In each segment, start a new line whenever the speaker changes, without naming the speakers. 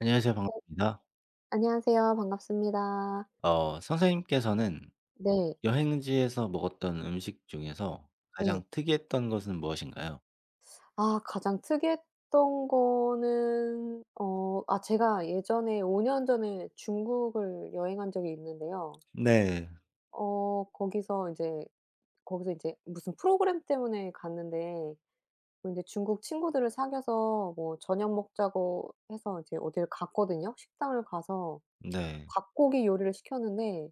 안녕하세요.
네.
반갑습니다.
안녕하세요. 반갑습니다.
선생님께서는
네.
여행지에서 먹었던 음식 중에서 가장
네.
특이했던 것은 무엇인가요?
아 가장 특이했던 거는 아 제가 예전에 5년 전에 중국을 여행한 적이 있는데요.
네.
어 거기서 이제 거기서 이제 무슨 프로그램 때문에 갔는데 뭐제 중국 친구들을 사귀어서 뭐 저녁 먹자고 해서 이제 어를 갔거든요. 식당을 가서
네.
닭고기 요리를 시켰는데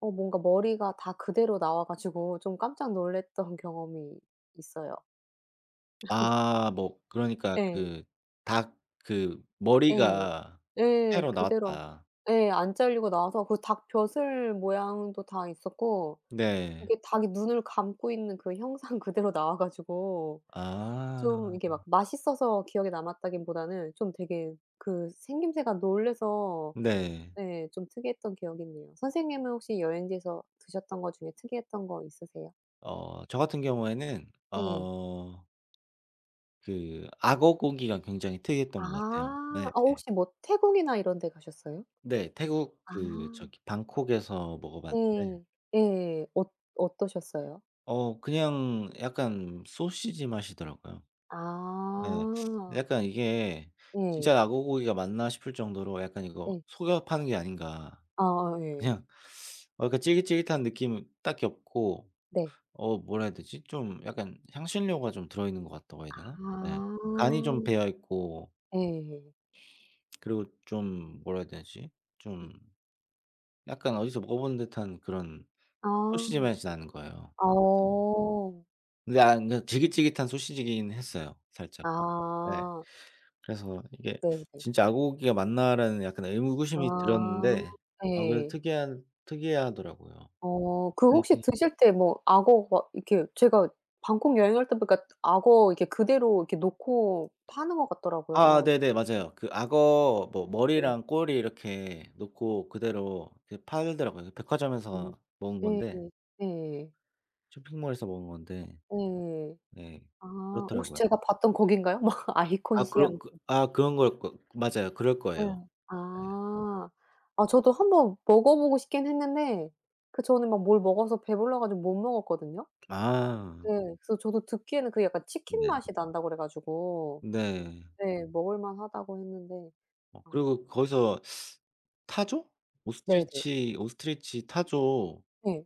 뭔가 머리가 다 그대로 나와 가지고 좀 깜짝 놀랐던 경험이 있어요.
뭐 그러니까
예.
그 닭 그
예.
머리가
예.
회로
그대로
나왔다.
예 안 잘리고 나와서 그 닭 벼슬 모양도 다 있었고
네.
이게 닭이 눈을 감고 있는 그 형상 그대로 나와 가지고 좀
아.
이게 막 맛있어서 기억에 남았다기보다는 좀 되게 그 생김새가 놀라서
네.
예 좀 특이했던 기억이 있네요. 선생님은 혹시 여행지에서 드셨던 거 중에 특이했던 거 있으세요?
저 같은 경우에는
예.
그 악어 고기가 굉장히 특이했던 것 같아요.
아.
네.
어 혹시 뭐 태국이나 이런 데 가셨어요?
네. 태국
아.
그 저기 방콕에서 먹어 봤는데
예. 예. 어 어떠셨어요?
그냥 약간 소시지 맛이더라고요. 예.
아.
약간 이게
예.
'진짜 낙오고기가 맞나?' 싶을 정도로 약간 이거
예.
속여 파는 게 아닌가.
아 예.
그냥 약간 쫄깃쫄깃한 느낌은 딱히 없고
네.
뭐라 해야 되지? 좀 약간 향신료가 좀 들어있는 것 같다고 해야 되나? 예. 간이 좀
아.
배어 있고,
예예.
그리고 좀 뭐라 해야 되지?
네.
좀 약간 어디서 먹어본 듯한 그런 소시지
아.
맛이 나는 거예요. 어.
어.
근데 그러니까 질깃질깃한 소시지긴 했어요 살짝. 예.
아.
그래서 이게
네네.
'진짜 아고기가 맞나?'라는 약간 의구심이
아.
들었는데 그래도
예.
특이한 특이해 하더라고요.
어 그
네
혹시
그
드실 때 뭐 악어 막 이렇게 제가 방콕 여행 할 때 보니까 악어 이렇게 그대로 이렇게 놓고 파는 것 같더라고요.
네네. 맞아요. 그 악어 뭐
네.
머리랑 꼬리 이렇게 놓고 그대로 이렇게 팔더라고요. 그
음.
백화점에서 먹은
예예.
건데,
예예.
쇼핑몰에서 먹은 건데
예.
네
아 혹시
그렇더라고요.
제가 봤던 거긴가요? 막 아이콘 시암
그런 그 그런 걸 거 맞아요. 그럴
예.
거예요. 네.
아. 아 저도 한번 먹어 보고 싶긴 했는데 그전에 막 뭘 먹어서 배불러 가지고 못 먹었거든요.
아.
예. 그래서 저도 듣기에는 그게 약간 치킨
네.
맛이 난다고 그래 가지고
네.
네 먹을 만하다고 했는데 아
그리고 거기서 타조?
네네.
오스트리치 오스트리치 타조
네.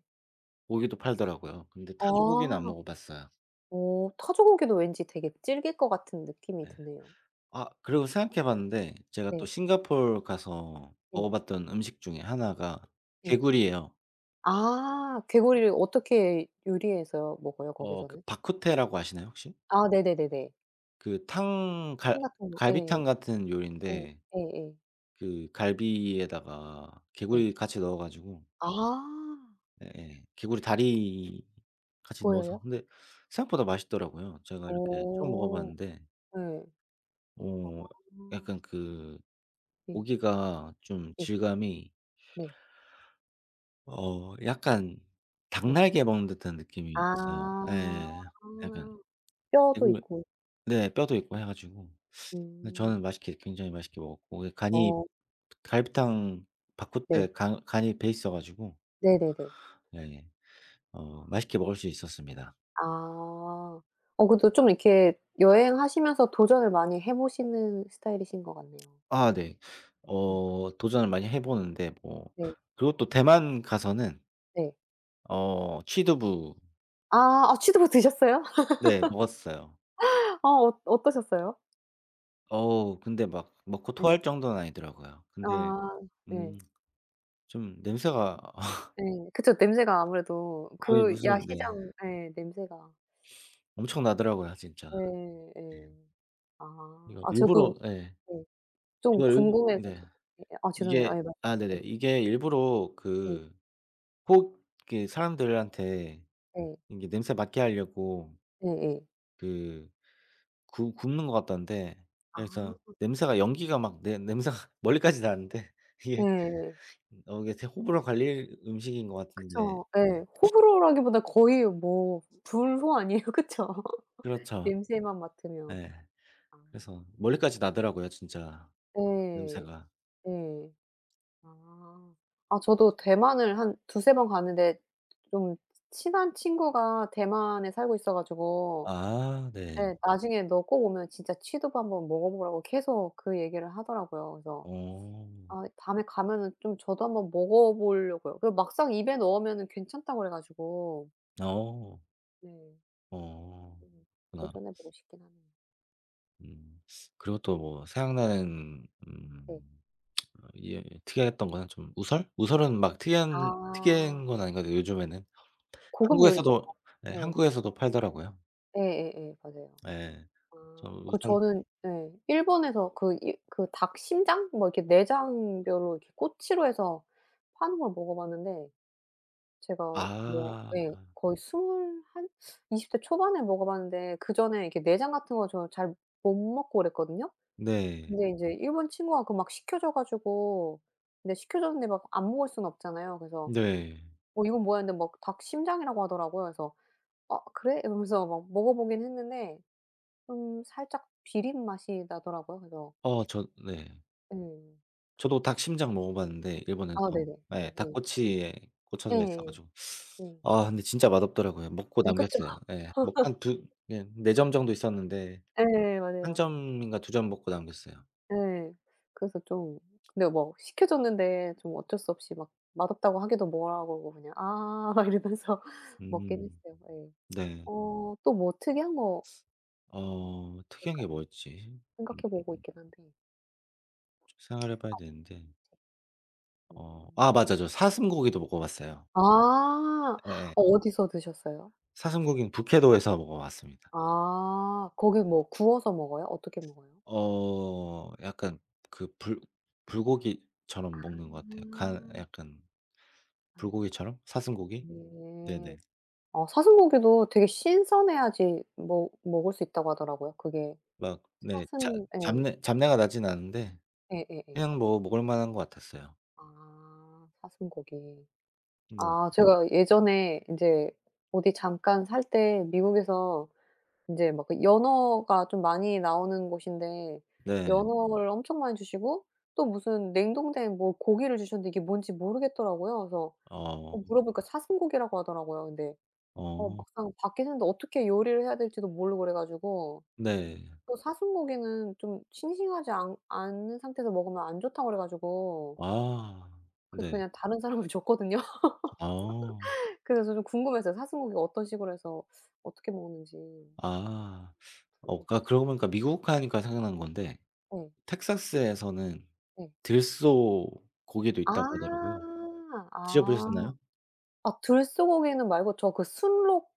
고기도 팔더라고요. 근데 타조 고기는 안
아.
먹어 봤어요.
어 타조고기도 왠지 되게 질길 것 같은 느낌이
네.
드네요.
아 그리고 생각해 봤는데 제가 또
네.
싱가포르 가서 먹어
네
봤던 음식 중에 하나가
네
개구리예요.
아 개구리를 어떻게 요리해서 먹어요
그
거기서는?
바쿠테라고 아시나요, 혹시?
아 네네네네.
그 탕 갈
참 같은 거. 예.
갈비탕 같은
예.
요리인데
예예.
그 갈비에다가
네.
개구리 같이 넣어 가지고
아.
예예. 개구리 다리 같이 넣어서
보여요?
근데 생각보다 맛있더라고요. 제가 이렇게 처음 먹어
어.
봤는데
예. 아.
어 약간 그
예.
고기가 좀
예.
질감이
네.
약간
예.
닭날개 먹는 듯한 느낌이 있어요.
아.
예. 약간
뼈도
개구리
있고.
네 뼈도 있고 해 가지고. 근데
음.
저는 맛있게 굉장히 맛있게 먹었고 예 간이
어
갈비탕
네.
바쿠테 간 간이 배 있어 가지고
네네 네.
예 맛있게 먹을 수 있었습니다.
아. 어 그래도 좀 이렇게 여행하시면서 도전을 많이 해 보시는 스타일이신 것 같네요.
아 네.
음.
도전을 많이 해 보는데 뭐
네.
그리고 또 대만 가서는
네.
취두부.
아. 아 취두부 드셨어요?
네, 먹었어요.
아 어 어떠셨어요?
어우 근데 막 먹고
네.
토할 정도는 아니더라고요. 근데
아. 네.
음 좀 냄새가
예. 그쵸. 냄새가 아무래도
거의
그
무슨 네
야시장 예 냄새가
엄청 나더라고요 진짜.
예
네.
예. 아.
이거
아 저도
일부러 예.
예 좀
이걸 일부
궁금해
네.
가지고 예 아 죄송해요.
이게
예 말씀하세요.
네네. 이게 일부러
예.
그 혹 이렇게 사람들한테
예.
이게 냄새 맡게 하려고
예예.
그 구 굽는 것 같던데,
아.
그래서 냄새가 연기가 막 내 냄새가 멀리까지 나는데 이게
예.
이게 제 호불호 갈릴 음식인 것 같은데.
그쵸.
네.
예. 호불호라기보다 거의 뭐 불호 아니에요. 그쵸?
그렇죠.
냄새만 맡으면.
예.
아.
그래서 멀리까지 나더라고요 진짜
예.
냄새가.
예. 아. 아 저도 대만을 한 두세 번 갔는데 좀 친한 친구가 대만에 살고 있어 가지고
아 네.
예. 나중에 "너 꼭 오면 진짜 취두부 한번 먹어보라."고 계속 그 얘기를 하더라고요. 그래서
어.
아 다음에 가면은 좀 저도 한번 먹어보려고요. 그 막상 입에 넣으면은 괜찮다고 그래 가지고
어.
네.
어.
음
그렇구나.
도전해 보고 싶긴 하네요.
음. 그리고 또 뭐 생각나는
네.
예 특이했던 거는 좀 우설? 우설은 막 특이한
아.
특이한 건 아닌 것 같아요 요즘에는.
고급 요리죠.
한국에서도 네
네.
한국에서도 팔더라고요.
예예예. 맞아요.
예. 저
아. 그
우선
저는 예. 일본에서 그 이 그 닭 심장 뭐 이렇게 내장뼈로 이렇게 꼬치로 해서 파는 걸 먹어봤는데 제가 뭐
아
예 거의 2한이0대 초반에 먹어 봤는데 그전에 이렇게 내장 같은 거 저 잘 못 먹고 그랬거든요.
네.
근데 인제 일본 친구가 그 막 시켜 줘 가지고 근데 시켜 줬는데 막 안 먹을 수는 없잖아요. 그래서
네.
"어 이건 뭐야?" 했는데 막 닭 심장이라고 하더라고요. 그래서 "어 그래?" 이러면서 막 먹어 보긴 했는데 좀 살짝 비린 맛이 나더라고요. 그래서
저 네.
예. 그래서
저도 닭 심장 먹어 봤는데
아
일본에서.
네네.
예.
예예.
닭꼬치에 꽂혀져 있어
예예예.
가지고.
음.
아 근데 진짜 맛없더라고요. 먹고
네 그쵸.
남겼어요. 예. 먹 한 두예4 점 정도 있었는데
예
1
맞아요.
점인가 2점 먹고 남겼어요.
네. 그래서 좀 근데 뭐 시켜 줬는데 좀 어쩔 수 없이 막 맛없다고 하기도 뭐하고 그냥 "아." 막 이러면서 먹긴
음.
했어요. 예.
네.
어 또 뭐 특이한 거가
특이한 게
있을까요?
뭐였지? 음
생각해 보고 있긴 한데.
좀 생각을 해 봐야 되는데.
음.
아 맞아. 저 사슴고기도 먹어 봤어요.
아.
예예.
어 어디서 드셨어요?
사슴고기는 북해도에서 먹어 봤습니다.
아. 거기 뭐 구워서 먹어요? 어떻게 먹어요?
약간 그 불
아.
불고기처럼 먹는 것 같아요. 간 약간
네.
불고기처럼 사슴고기?
네.
네네.
어 사슴고기도 되게 신선해야지 먹 먹을 수 있다고 하더라고요. 그게
막 네 잡
사슴 예.
잡내 잡내가 나진 않은데
예예예.
그냥 뭐 먹을 만한 것 같았어요.
아 사슴고기.
네.
아 제가 예전에 인제 어디 잠깐 살 때 미국에서 인제 막 그 연어가 좀 많이 나오는 곳인데
네.
연어를 엄청 많이 주시고 또 무슨 냉동된 뭐 고기를 주셨는데 이게 뭔지 모르겠더라고요. 그래서
어.
어 물어보니까 사슴고기라고 하더라고요. 근데 어
어.
막상 밖에 샀는데 어떻게 요리를 해야 될지도 모르고 그래 가지고
네.
또 사슴고기는 좀 싱싱하지 않 않은 상태에서 먹으면 안 좋다고 그래 가지고
아.
그래서
네.
그냥 다른 사람을 줬거든요.
어.
그래서 좀 궁금했어요. 사슴고기 어떤 식으로 해서 어떻게 먹는지
아. 그러니까
불고기죠.
그러고 보니까 미국 하니까 생각난 건데
네.
텍사스에서는
네.
들소 고기도 있다고
아.
하더라고요. 드셔
아.
보셨나요?
아 들소고기는 말고 저 그 순록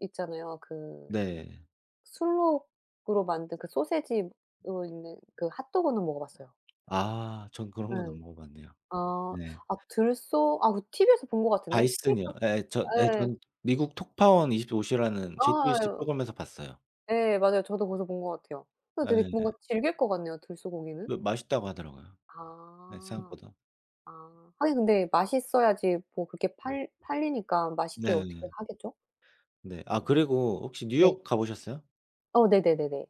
있잖아요. 그
네.
순록으로 만든 그 소세지로 있는 그 핫도그는 먹어 봤어요.
아 전 그런 건
예.
안 먹어 봤네요.
아.
네.
아 들소 아 그 TV에서 본 것 같은데.
바이슨이요.
스테이크
예 저 예
예.
전 미국 톡파원 25 시라는 JTBC
아.
프로그램에서 봤어요.
예 맞아요. 저도 거기서 본 것 같아요. 그래서 되게
예예.
뭔가 질길 것 같네요, 들소고기는.
그 맛있다고 하더라고요. 네
아.
생각보다.
아. 하긴 근데 맛있어야지 뭐 그렇게
음.
팔 팔리니까 맛있게 어떻게
네네.
하겠죠?
네. 아
음
그리고 혹시
네.
뉴욕 가 보셨어요?
어 네네네네.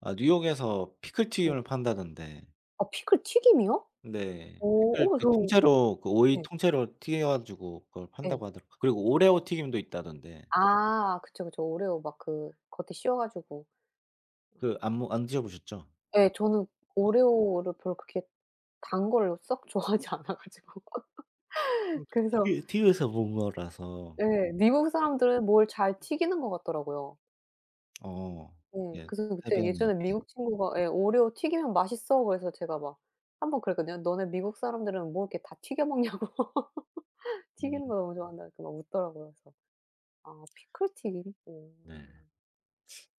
아 뉴욕에서 피클
음.
튀김을 판다던데.
아 피클 튀김이요?
네.
어.
피클
어
그
저
통째로 그 오이
예.
통째로 튀겨 가지고 그걸
예.
판다고 하더라고요. 그리고 오레오 튀김도 있다던데.
아 그쵸, 그쵸. 오레오 막 그 겉에 씌워 가지고.
그 안
음.
모 안 드셔 보셨죠?
예. 저는 오레오를 별로 그렇게 단 거를 썩 좋아하지 않아 가지고.
그러니까
그래서
TV TV에서 본 거라서.
예 미국 사람들은 뭘 잘 튀기는 것 같더라고요.
어.
네.
예.
그래서 그때
해변이요.
예전에
예.
미국 친구가 예 "오레오 튀기면 맛있어." 그래서 제가 막 한 번 그랬거든요. "너네 미국 사람들은 뭐 이렇게 다 튀겨 먹냐고.
음
튀기는 거 너무 좋아한다." 이렇게 막 웃더라고요. 그래서 아 피클 튀김?
네.
음.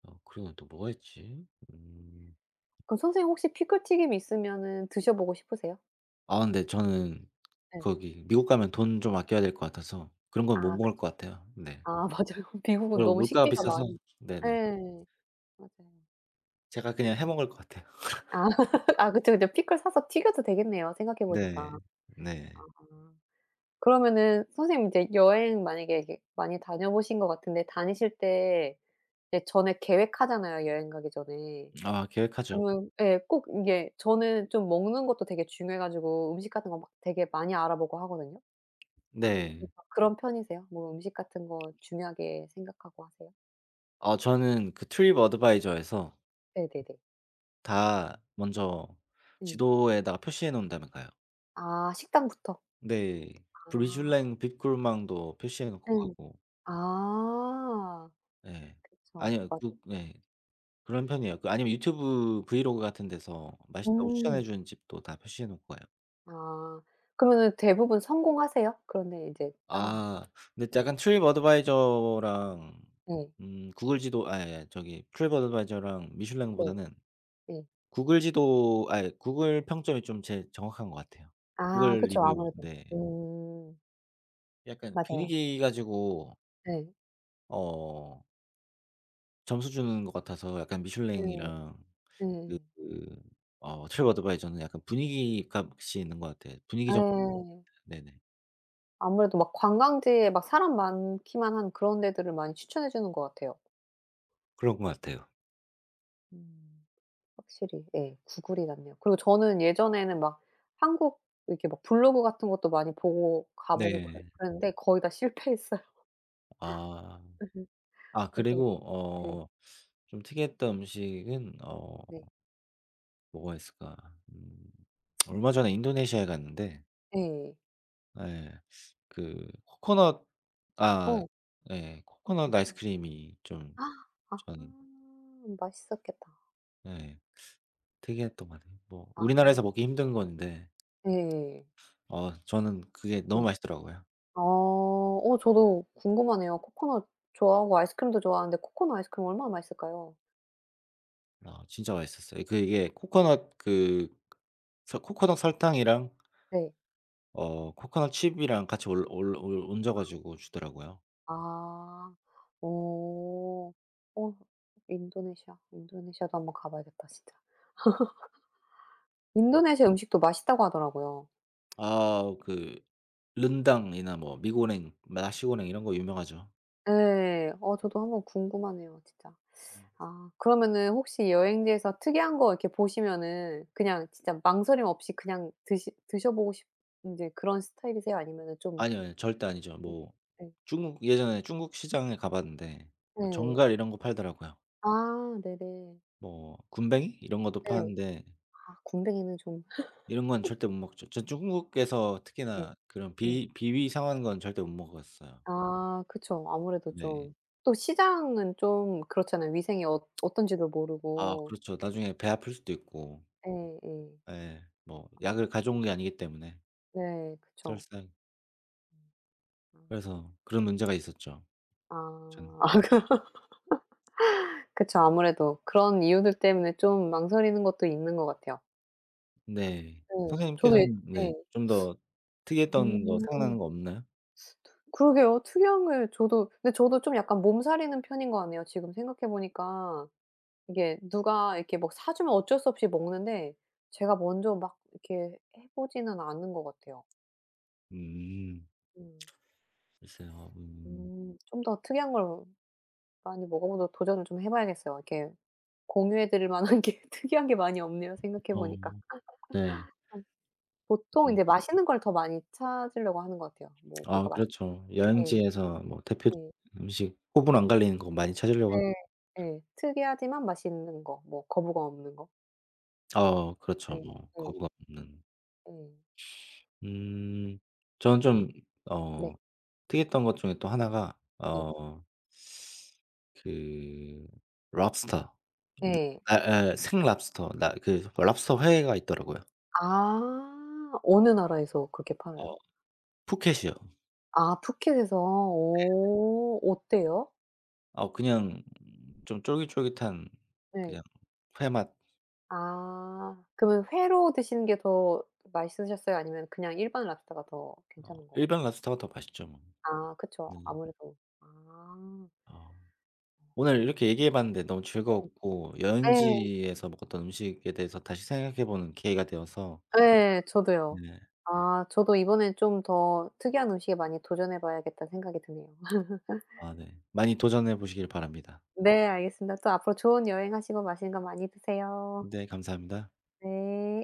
그리고 또 뭐가 있지? 음.
그럼 선생님 혹시 피클 튀김이 있으면은 드셔 보고 싶으세요?
아 근데 저는
예.
거기 미국 가면 돈 좀 아껴야 될 것 같아서 그런 건 못
아 그쵸.
먹을 것 같아요. 네.
아 맞아요. 미국은
그리고
너무
물가가
식비가
비싸서
많이 예.
네네.
맞아요.
제가 그냥 해
음.
먹을 것 같아요.
아. 아 그쵸, 그쵸. 피클 사서 튀겨도 되겠네요, 생각해
네.
보니까. 아.
네.
그러면은 선생님 이제 여행 만약에 이렇게 많이 다녀보신 것 같은데 다니실 때 이제 전에 계획하잖아요, 여행 가기 전에.
아 계획하죠.
그러면 예 꼭 이게 저는 좀 먹는 것도 되게 중요해 가지고 음식 같은 거 막 되게 많이 알아보고 하거든요.
네.
아 그런 편이세요? 뭐 음식 같은 거 중요하게 생각하고 하세요?
저는 그 트립 어드바이저에서
네네네.
다 먼저
예.
지도에다가 표시해 놓은 다음에 가요.
아 식당부터.
네. 그
아
리슐랭 빅굴망도 표시해 놓고
예.
가고
아
네.
그쵸.
아니요.
맞아요.
그 네. 그런 편이에요. 그 아니면 유튜브 브이로그 같은 데서 맛있다고 추천해
음.
주는 집도 다 표시해 놓고 가요.
아 그러면은 대부분 성공하세요? 그런데 이제 따라가셔도.
아 근데
네.
약간 트립 어드바이저랑
예.
구글 지도 아예 예. 저기 트립 어드바이저랑
네.
미슐랭보다는
네.
구글 지도 아이 구글 평점이 좀 제일 정확한 것 같아요.
아
구글
그쵸.
리뷰
아무래도.
네.
음.
약간
맞아요.
분위기 가지고
예.
어 점수 주는 것 같아서 약간
예.
미슐랭이랑
예.
그 트립어드바이저는 약간 분위기 값이 있는 것 같아요. 분위기 정
예.
네네.
아무래도 막 관광지에 막 사람 많기만 한 그런 데들을 많이 추천해 주는 것 같아요.
그런 것 같아요.
음. 확실히 예 구글이 낫네요. 그리고 저는 예전에는 막 한국 이렇게 막 블로그 같은 것도 많이 보고 가 보고
네.
그랬는데 거의 다 실패했어요.
아.
예.
아
그래서
그리고
예.
좀 특이했던 음식은
네.
뭐가 있을까? 음 얼마 전에 인도네시아에 갔는데
예.
예 그 코코넛 아
어.
예
네.
코코넛 아이스크림이 좀
아하.
저는
맛있었겠다.
예 특이했던 것 같아요. 뭐
아.
우리나라에서 먹기 힘든 건데
예
저는 그게
예.
너무 맛있더라고요.
아. 어 저도 궁금하네요. 코코넛 좋아하고 아이스크림도 좋아하는데 코코넛 아이스크림 얼마나 맛있을까요?
아 진짜 맛있었어요. 그 이게 코코넛 그 서 코코넛 설탕이랑
네.
코코넛 칩이랑 같이 올 올 올 얹어 가지고 주더라고요.
아. 어. 어 인도네시아. 인도네시아도 한번 가 봐야겠다 진짜. 인도네시아 음식도 맛있다고 하더라고요.
아 그 른당이나 뭐 미고랭, 나시고랭 이런 거 유명하죠.
예. 어 저도 한번 궁금하네요 진짜. 아 그러면은 혹시 여행지에서 특이한 거 이렇게 보시면은 그냥 진짜 망설임 없이 그냥 드시 드셔 보고 싶 인제 그런 스타일이세요? 아니면은 좀
아니요, 아니요. 절대 아니죠.
좀
뭐
예.
중국 예전에 중국 시장에 가 봤는데 뭐
네.
정갈 이런 거 팔더라고요.
아 네네.
뭐 군뱅이 이런 것도
네.
파는데
아 군뱅이는 좀
이런 건 절대 못 먹죠. 전 중국에서
네.
특히나 그런
네.
비 비위 상한 건 절대 못 먹었어요.
아 그쵸. 아무래도
네.
좀 또 시장은 좀 그렇잖아요. 위생이 어떤지도
아
모르고.
그렇죠. 나중에 배 아플 수도 있고.
예예.
예. 뭐
아무
약을 가져온 게 아니기 때문에
네 그쵸.
설사
아.
그래서 그런 문제가 있었죠. 전
아. 그쵸. 아무래도 그런 이유들 때문에 좀 망설이는 것도 있는 것 같아요.
네.
예. 저도 예
선생님께서는
예.
네 좀 더 특이했던 거
음.
생각나는 거 없나요?
그러게요. 투명을 저도 근데 저도 좀 약간 몸살이는 편인 것 같네요. 지금 생각해 보니까. 이게 누가 이렇게 막 사 주면 어쩔 수 없이 먹는데 제가 먼저 막 이렇게 해 보지는 않는 것 같아요.
음.
음.
글쎄요. 음.
음. 좀 더 특이한 걸 많이 먹어보도 도전을 좀 해 봐야겠어요. 이렇게 공유해 드릴 만한 게 특이한 게 많이 없네요, 생각해
어
보니까.
네.
보통 이
음.
제 맛있는 걸 더 많이 찾으려고 하는 것 같아요. 뭐 뭐가
아
맛있
그렇죠.
예.
여행지에서 뭐 대표적인
예.
음식 호불호 안 갈리는 거 많이 찾으려고 하죠.
예. 예. 특이하지만 맛있는 거. 뭐 거부감 없는 거.
그렇죠.
예.
뭐
예.
거부감 없는.
예.
음. 저는
음.
좀
네.
어 특이했던 것 중에 또 하나가
예.
그 랍스터. 느
예.
아 예 생 랍스터. 나 그 랍스터 회가 있더라고요.
아. 어느 나라에서 그렇게 팔아요?
어. 푸켓이요.
아 푸켓에서. 오. 어때요?
그냥 좀 쫄깃쫄깃한
네.
그냥 회 맛
아. 그러면 회로 드시는 게 더 맛있으셨어요? 아니면 그냥 일반 랍스터가 더 괜찮은 것
일반
같아요?
랍스터가 더 맛있죠 뭐.
아 그쵸.
네.
아무래도. 아.
어
어
오늘
그렇네.
이렇게 얘기해 봤는데 너무 즐거웠고
네
여행지에서 먹었던 음식에 대해서 다시 생각해 보는 기회가 되어서.
네, 저도요.
네.
아 저도 이번엔 좀 더 특이한 음식에 많이 도전해 봐야겠다는 생각이 드네요.
아 네. 많이 도전해 보시길 바랍니다.
네 알겠습니다. 또 앞으로 좋은 여행하시고 맛있는 거 많이 드세요.
네 감사합니다.
네.